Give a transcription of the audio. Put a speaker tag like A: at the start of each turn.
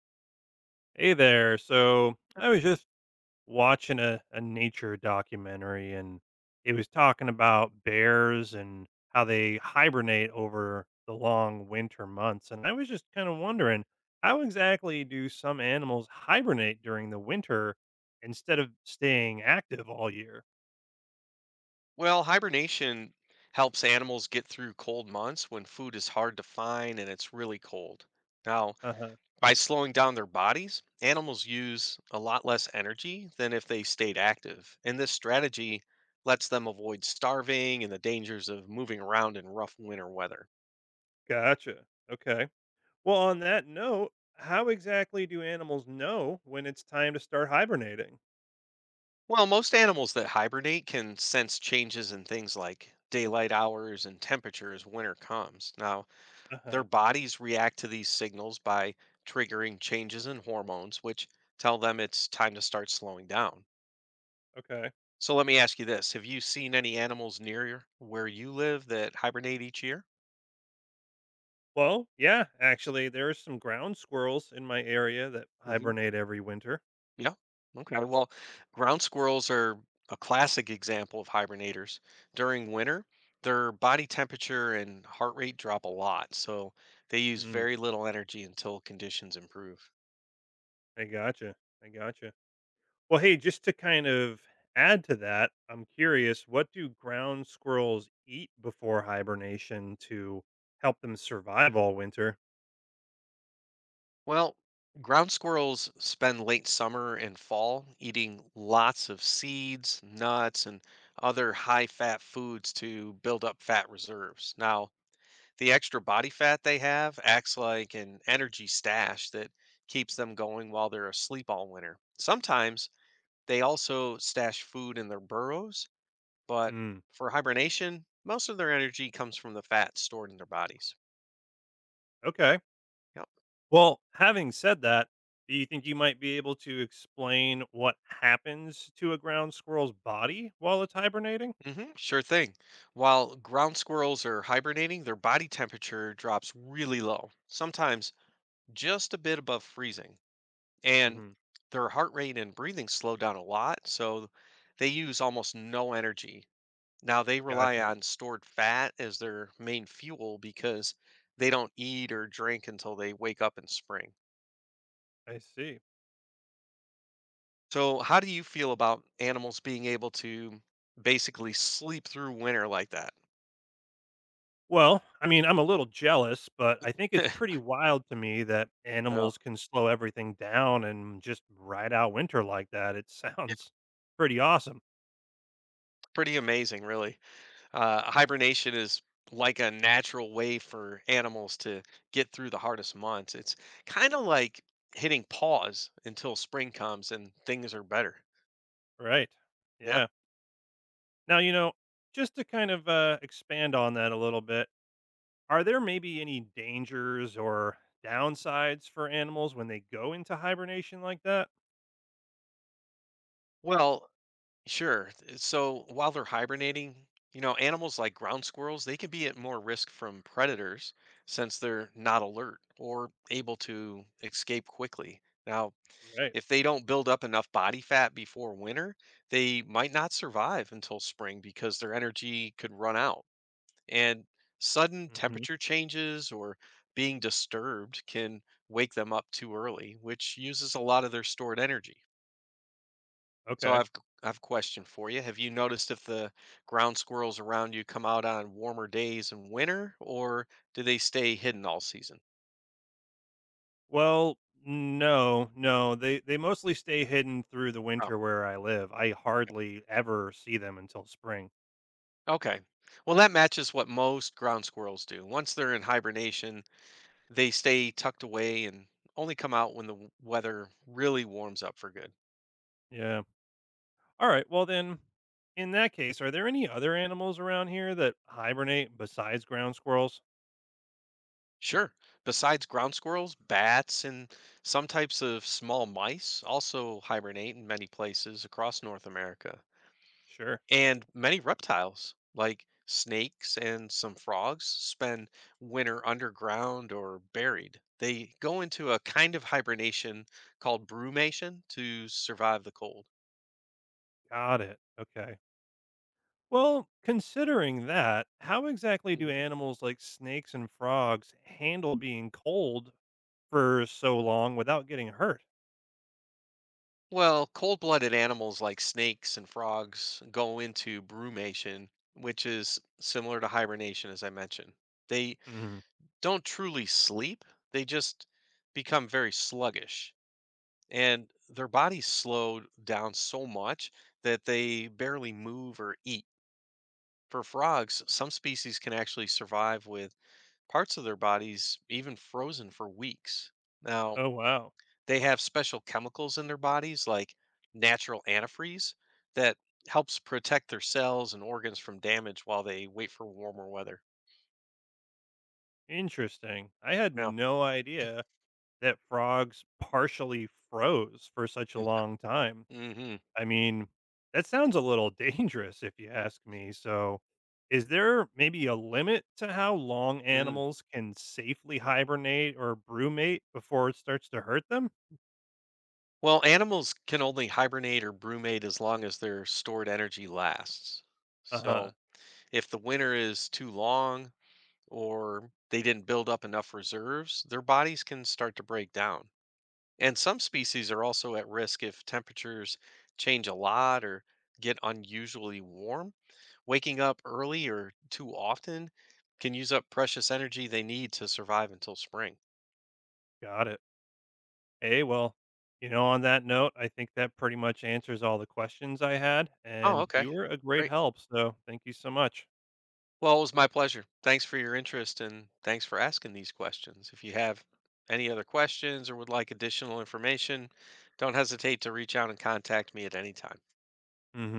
A: Hey there. So I was just watching a nature documentary and it was talking about bears and how they hibernate over the long winter months. And I was just kind of wondering, how exactly do some animals hibernate during the winter instead of staying active all year?
B: Well, hibernation helps animals get through cold months when food is hard to find and it's really cold. Now,
A: Uh huh.
B: by slowing down their bodies, animals use a lot less energy than if they stayed active. And this strategy lets them avoid starving and the dangers of moving around in rough winter weather.
A: Gotcha. Okay. Well, on that note, how exactly do animals know when it's time to start hibernating?
B: Well, most animals that hibernate can sense changes in things like daylight hours and temperature as winter comes. Now,
A: Uh
B: their
A: huh.
B: bodies react to these signals by triggering changes in hormones, which tell them it's time to start slowing down.
A: Okay.
B: So let me ask you this. Have you seen any animals near where you live that hibernate each year?
A: Well, yeah, actually, there are some ground squirrels in my area that
B: Hmm.
A: hibernate every winter.
B: Yeah. Okay. Well, ground squirrels are a classic example of hibernators. During winter, their body temperature and heart rate drop a lot, so they use
A: Mm,
B: very little energy until conditions improve.
A: I gotcha. I gotcha. Well, hey, just to kind of add to that, I'm curious, what do ground squirrels eat before hibernation to help them survive all winter?
B: Well, ground squirrels spend late summer and fall eating lots of seeds, nuts, and other high fat foods to build up fat reserves. Now, the extra body fat they have acts like an energy stash that keeps them going while they're asleep all winter. Sometimes they also stash food in their burrows, but
A: Hmm.
B: for hibernation, most of their energy comes from the fat stored in their bodies.
A: Okay.
B: Yep.
A: Well, having said that, do you think you might be able to explain what happens to a ground squirrel's body while it's hibernating?
B: Sure thing. While ground squirrels are hibernating, their body temperature drops really low, sometimes just a bit above freezing. And
A: Hmm.
B: their heart rate and breathing slow down a lot, so they use almost no energy. Now they rely
A: Gotcha.
B: on stored fat as their main fuel because they don't eat or drink until they wake up in spring.
A: I see.
B: So, how do you feel about animals being able to basically sleep through winter like that?
A: Well, I mean, I'm a little jealous, but I think it's pretty wild to me that animals
B: Well,
A: can slow everything down and just ride out winter like that. It
B: yeah,
A: sounds pretty awesome.
B: pretty amazing, really. Hibernation is like a natural way for animals to get through the hardest months. It's kind of like hitting pause until spring comes and things are better.
A: Right.
B: Yeah.
A: Yeah. Now, just to kind of expand on that a little bit, are there maybe any dangers or downsides for animals when they go into hibernation like that?
B: Well, sure. So while they're hibernating, animals like ground squirrels, they can be at more risk from predators since they're not alert or able to escape quickly. Now,
A: Right.
B: if they don't build up enough body fat before winter, they might not survive until spring because their energy could run out. And sudden
A: Hmm.
B: temperature changes or being disturbed can wake them up too early, which uses a lot of their stored energy. So
A: Okay.
B: I've a question for you. Have you noticed if the ground squirrels around you come out on warmer days in winter or do they stay hidden all season?
A: Well, no, no. They mostly stay hidden through the
B: Oh,
A: winter where I live. I hardly ever see them until spring.
B: okay. Well, that matches what most ground squirrels do. Once they're in hibernation, they stay tucked away and only come out when the weather really warms up for good.
A: Yeah. All right. Well, then, in that case, are there any other animals around here that hibernate besides ground squirrels?
B: Sure, besides ground squirrels, bats, and some types of small mice also hibernate in many places across North America.
A: Sure.
B: And many reptiles, like snakes and some frogs, spend winter underground or buried. They go into a kind of hibernation called brumation to survive the cold.
A: Got it. Okay. Well, considering that, how exactly do animals like snakes and frogs handle being cold for so long without getting hurt?
B: Well, cold-blooded animals like snakes and frogs go into brumation, which is similar to hibernation, as I mentioned. They
A: Mhm.
B: don't truly sleep, they just become very sluggish. And their bodies slow down so much that they barely move or eat. For frogs, some species can actually survive with parts of their bodies even frozen for weeks. Now,
A: Oh, wow.
B: they have special chemicals in their bodies, like natural antifreeze, that helps protect their cells and organs from damage while they wait for warmer weather.
A: Interesting. I had
B: Yeah.
A: no idea that frogs partially froze for such a long time.
B: hmm
A: I mean, that sounds a little dangerous if you ask me. So, is there maybe a limit to how long
B: hmm
A: animals can safely hibernate or brumate before it starts to hurt them?
B: Well, animals can only hibernate or brumate as long as their stored energy lasts.
A: Uh huh.
B: So, if the winter is too long or they didn't build up enough reserves, their bodies can start to break down. And some species are also at risk if temperatures change a lot or get unusually warm. Waking up early or too often can use up precious energy they need to survive until spring.
A: Got it. Hey, well, you know, on that note, I think that pretty much answers all the questions I had.
B: Oh,
A: And
B: okay.
A: you were a great
B: Great.
A: help. So, thank you so much.
B: Well, it was my pleasure. Thanks for your interest and thanks for asking these questions. If you have any other questions or would like additional information, don't hesitate to reach out and contact me at any time.
A: Mm hmm.